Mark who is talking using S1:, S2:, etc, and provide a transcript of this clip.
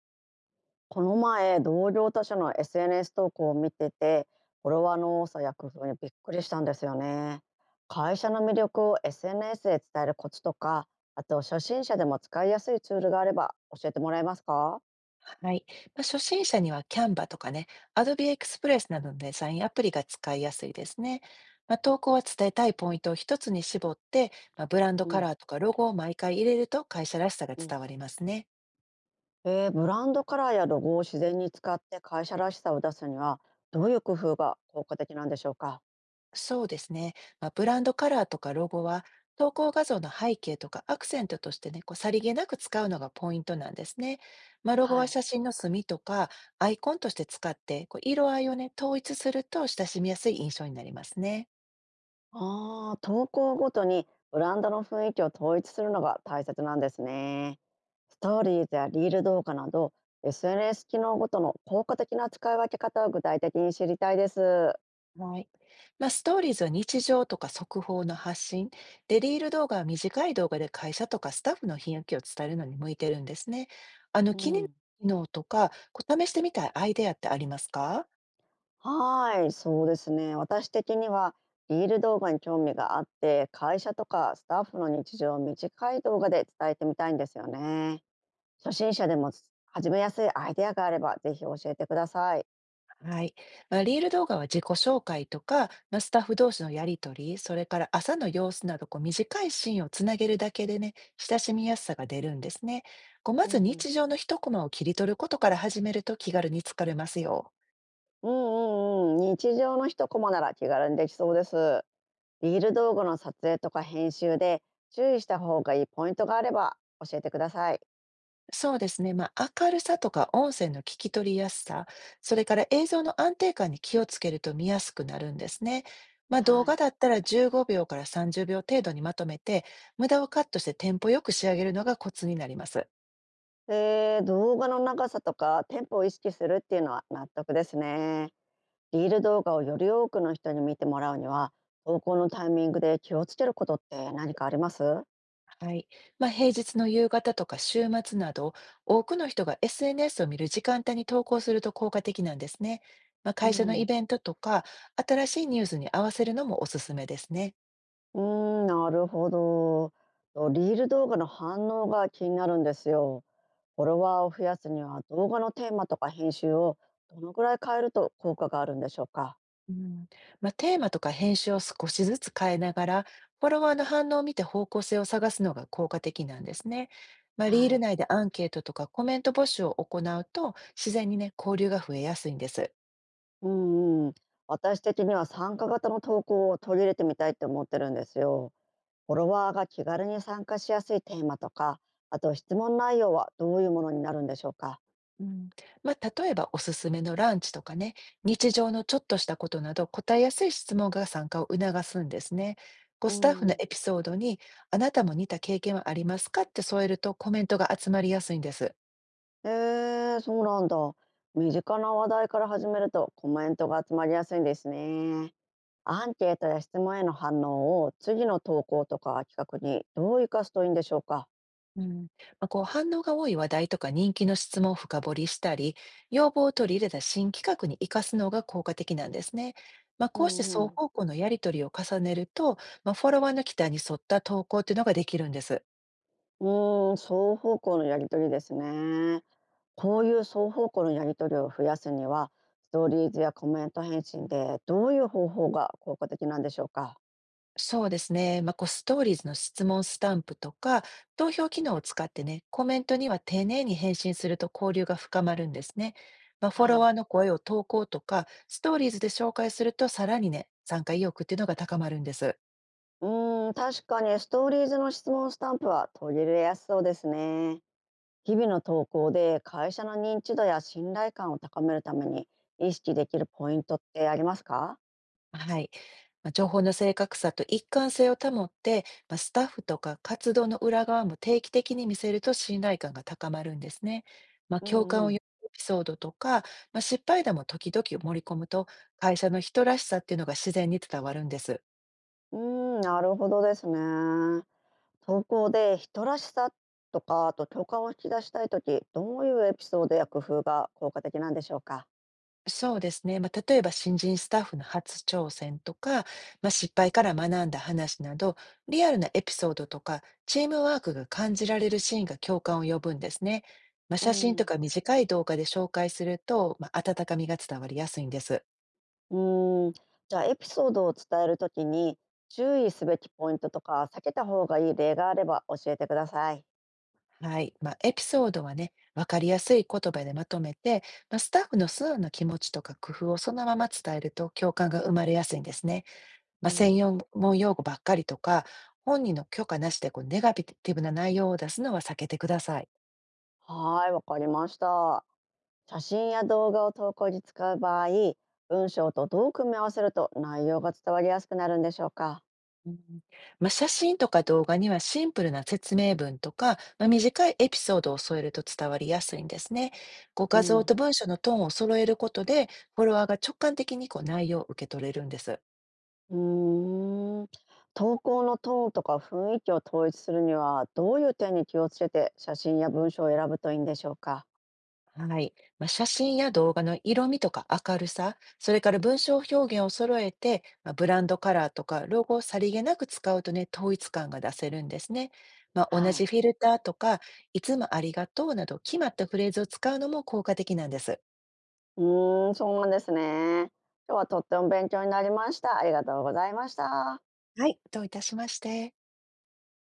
S1: この前、同業他社の SNS 投稿を見てて、フォロワーの多さや工夫にびっくりしたんですよね。会社の魅力を SNS で伝えるコツとか、あと初心者でも使いやすいツールがあれば教えてもらえますか？
S2: はい。まあ、初心者には Canva とかね、Adobe Express などのデザインアプリが使いやすいですね。まあ、投稿は伝えたいポイントを一つに絞って、まあ、ブランド
S1: う
S2: カ
S1: ん、
S2: ラーとかロゴを毎回入れると会社らしさが
S1: うん、
S2: 伝わりますね。
S1: ブランドカラーやロゴを自然に使って会社らしさを出すには、どういう工夫が効果的なんでしょうか？
S2: そうですね。まあ、ブランドカラーとかロゴは投稿画像の背景とかアクセントとしてね、こうさりげなく使うのがポイントなんですね。まあ、ロゴ
S1: は
S2: は
S1: い。
S2: 写真の隅とかアイコンとして使って、こう色合いをね、統一すると親しみやすい印象になりますね。
S1: ああ、投稿ごとにブランドの雰囲気を統一するのが大切なんですね。ストーリーズやリール動画など SNS 機能ごとの効果的な使い分け方を具体的に知りたいです。
S2: はい。まあ、ストーリーズは日常とか速報の発信。で、リール動画は短い動画で会社とかスタッフの雰囲気を伝えるのに向いてるんですね。あの、
S1: う
S2: 気になる
S1: ん。
S2: 機能とか、こう試してみたいアイデアってありますか？
S1: はーい、そうですね。私的にはリール動画に興味があって、会社とかスタッフの日常を短い動画で伝えてみたいんですよね。初心者でも始めやすいアイデアがあればぜひ教えてください。
S2: はい。まあ、リール動画は自己紹介とか、まあ、スタッフ同士のやりとり、それから朝の様子など、こう短いシーンをつなげるだけでね、親しみやすさが出るんですね。こうま
S1: う
S2: ず
S1: ん
S2: 日常の一コマを切り取ることから始めると気軽に疲れますよ。
S1: うんうんうん、日常の一コマなら気軽にできそうです。リール動画の撮影とか編集で注意した方がいいポイントがあれば教えてください。
S2: そうですね。まあ、明るさとか音声の聞き取りやすさ、それから映像の安定感に気をつけると見やすくなるんですね。まあ、動
S1: は
S2: 画
S1: い。
S2: だったら15秒から30秒程度にまとめて、無駄をカットしてテンポよく仕上げるのがコツになります。
S1: 動画の長さとかテンポを意識するっていうのは納得ですね。リール動画をより多くの人に見てもらうには投稿のタイミングで気をつけることって何かありますう？
S2: はい。まあ、平日の夕方とか週末など、多くの人が SNS を見る時間帯に投稿すると効果的なんですね。まあ、
S1: う
S2: 会社のイ
S1: ん。
S2: ベントとか、新しいニュースに合わせるのもおすすめですね。
S1: ーんなるほど。とリール動画の反応が気になるんですよ。フォロワーを増やすには動画のテーマとか編集をどのぐらい変えると効果があるんでしょうか？
S2: うん、まあ、テーマとか編集を少しずつ変えながら、フォロワーの反応を見て方向性を探すのが効果的なんですね。まあ、リー
S1: は
S2: ル
S1: い。
S2: 内でアンケートとかコメント募集を行うと、自然にね、交流が増えやすいんです。
S1: うんうん、私的には参加型の投稿を取り入れてみたいって思ってるんですよ。フォロワーが気軽に参加しやすいテーマとかあと質問内容はどういうものになるんでしょうか？
S2: うん。まあ、例えば、おすすめのランチとかね、日常のちょっとしたことなど、答えやすい質問が参加を促すんですね。こう
S1: う
S2: スタッフの
S1: ん。
S2: エピソードに、あなたも似た経験はありますかって添えるとコメントが集まりやすいんです。
S1: えー、そうなんだ。身近な話題から始めるとコメントが集まりやすいんですね。アンケートや質問への反応を次の投稿とか企画にどう生かすといいんでしょうか？
S2: うん、まあ、こう反応が多い話題とか人気の質問を深掘りしたり、要望を取り入れた新企画に生かすのが効果的なんですね。まあ、
S1: う
S2: こうして
S1: ん
S2: 双
S1: うん。
S2: 方向のやり取りを重ねると、まあ、フォロワーの期待に沿った投稿っていうのができるんです。
S1: うーん、双方向のやり取りですね。こういう双方向のやり取りを増やすには、ストーリーズやコメント返信でどういう方法が効果的なんでしょうか？
S2: そうですね。まあ、こうストーリーズの質問スタンプとか、投票機能を使ってね、コメントには丁寧に返信すると交流が深まるんですね。まあ、フォロ
S1: は
S2: ワ
S1: い。
S2: ーの声を投稿とか、ストーリーズで紹介すると、さらにね、参加意欲っていうのが高まるんです。
S1: うーん、確かにストーリーズの質問スタンプは取り入れやすそうですね。日々の投稿で会社の認知度や信頼感を高めるために意識できるポイントってありますか？
S2: はい。まあ、情報の正確さと一貫性を保って、まあ、スタッフとか活動の裏側も定期的に見せると信頼感が高まるんですね。まあ、
S1: う
S2: 共感を
S1: んう
S2: 呼
S1: ん。
S2: ぶエピソードとか、まあ、失敗談も時々盛り込むと、会社の人らしさっていうのが自然に伝わるんです。
S1: うーん、なるほどですね。投稿で人らしさとか、あと共感を引き出したいとき、どういうエピソードや工夫が効果的なんでしょうか。
S2: そうですね。まあ、例えば新人スタッフの初挑戦とか、まあ、失敗から学んだ話など、リアルなエピソードとか、チームワークが感じられるシーンが共感を呼ぶんですね。まあ、
S1: う
S2: 写真と
S1: ん。
S2: か短い動画で紹介すると、まあ、温かみが伝わりやすいんです。
S1: うーん。じゃあ、エピソードを伝えるときに、注意すべきポイントとか、避けた方がいい例があれば教えてください。
S2: はい。まあ、エピソードはね、わかりやすい言葉でまとめて、まあ、スタッフの素直な気持ちとか工夫をそのまま伝えると共感が生まれやすいんですね。まあ、
S1: う
S2: 専
S1: ん。
S2: 用門用語ばっかりとか、本人の許可なしでこうネガティブな内容を出すのは避けてください。
S1: はーい、わかりました。写真や動画を投稿に使う場合、文章とどう組み合わせると内容が伝わりやすくなるんでしょうか。
S2: うん。まあ、写真とか動画にはシンプルな説明文とか、まあ、短いエピソードを添えると伝わりやすいんですね。こう
S1: う
S2: 画像
S1: ん。
S2: と文章のトーンを揃えることで、フォロワーが直感的にこう内容を受け取れるんです。
S1: うーん。投稿のトーンとか雰囲気を統一するには、どういう点に気をつけて写真や文章を選ぶといいんでしょうか？
S2: はい。まあ、写真や動画の色味とか明るさ、それから文章表現を揃えて、まあ、ブランドカラーとかロゴをさりげなく使うとね、統一感が出せるんですね。まあ、同
S1: は
S2: じ
S1: い。
S2: フィルターとか、いつもありがとうなど決まったフレーズを使うのも効果的なんです。
S1: うーん、そうなんですね。今日はとっても勉強になりました。ありがとうございました。
S2: はい。どういたしまして。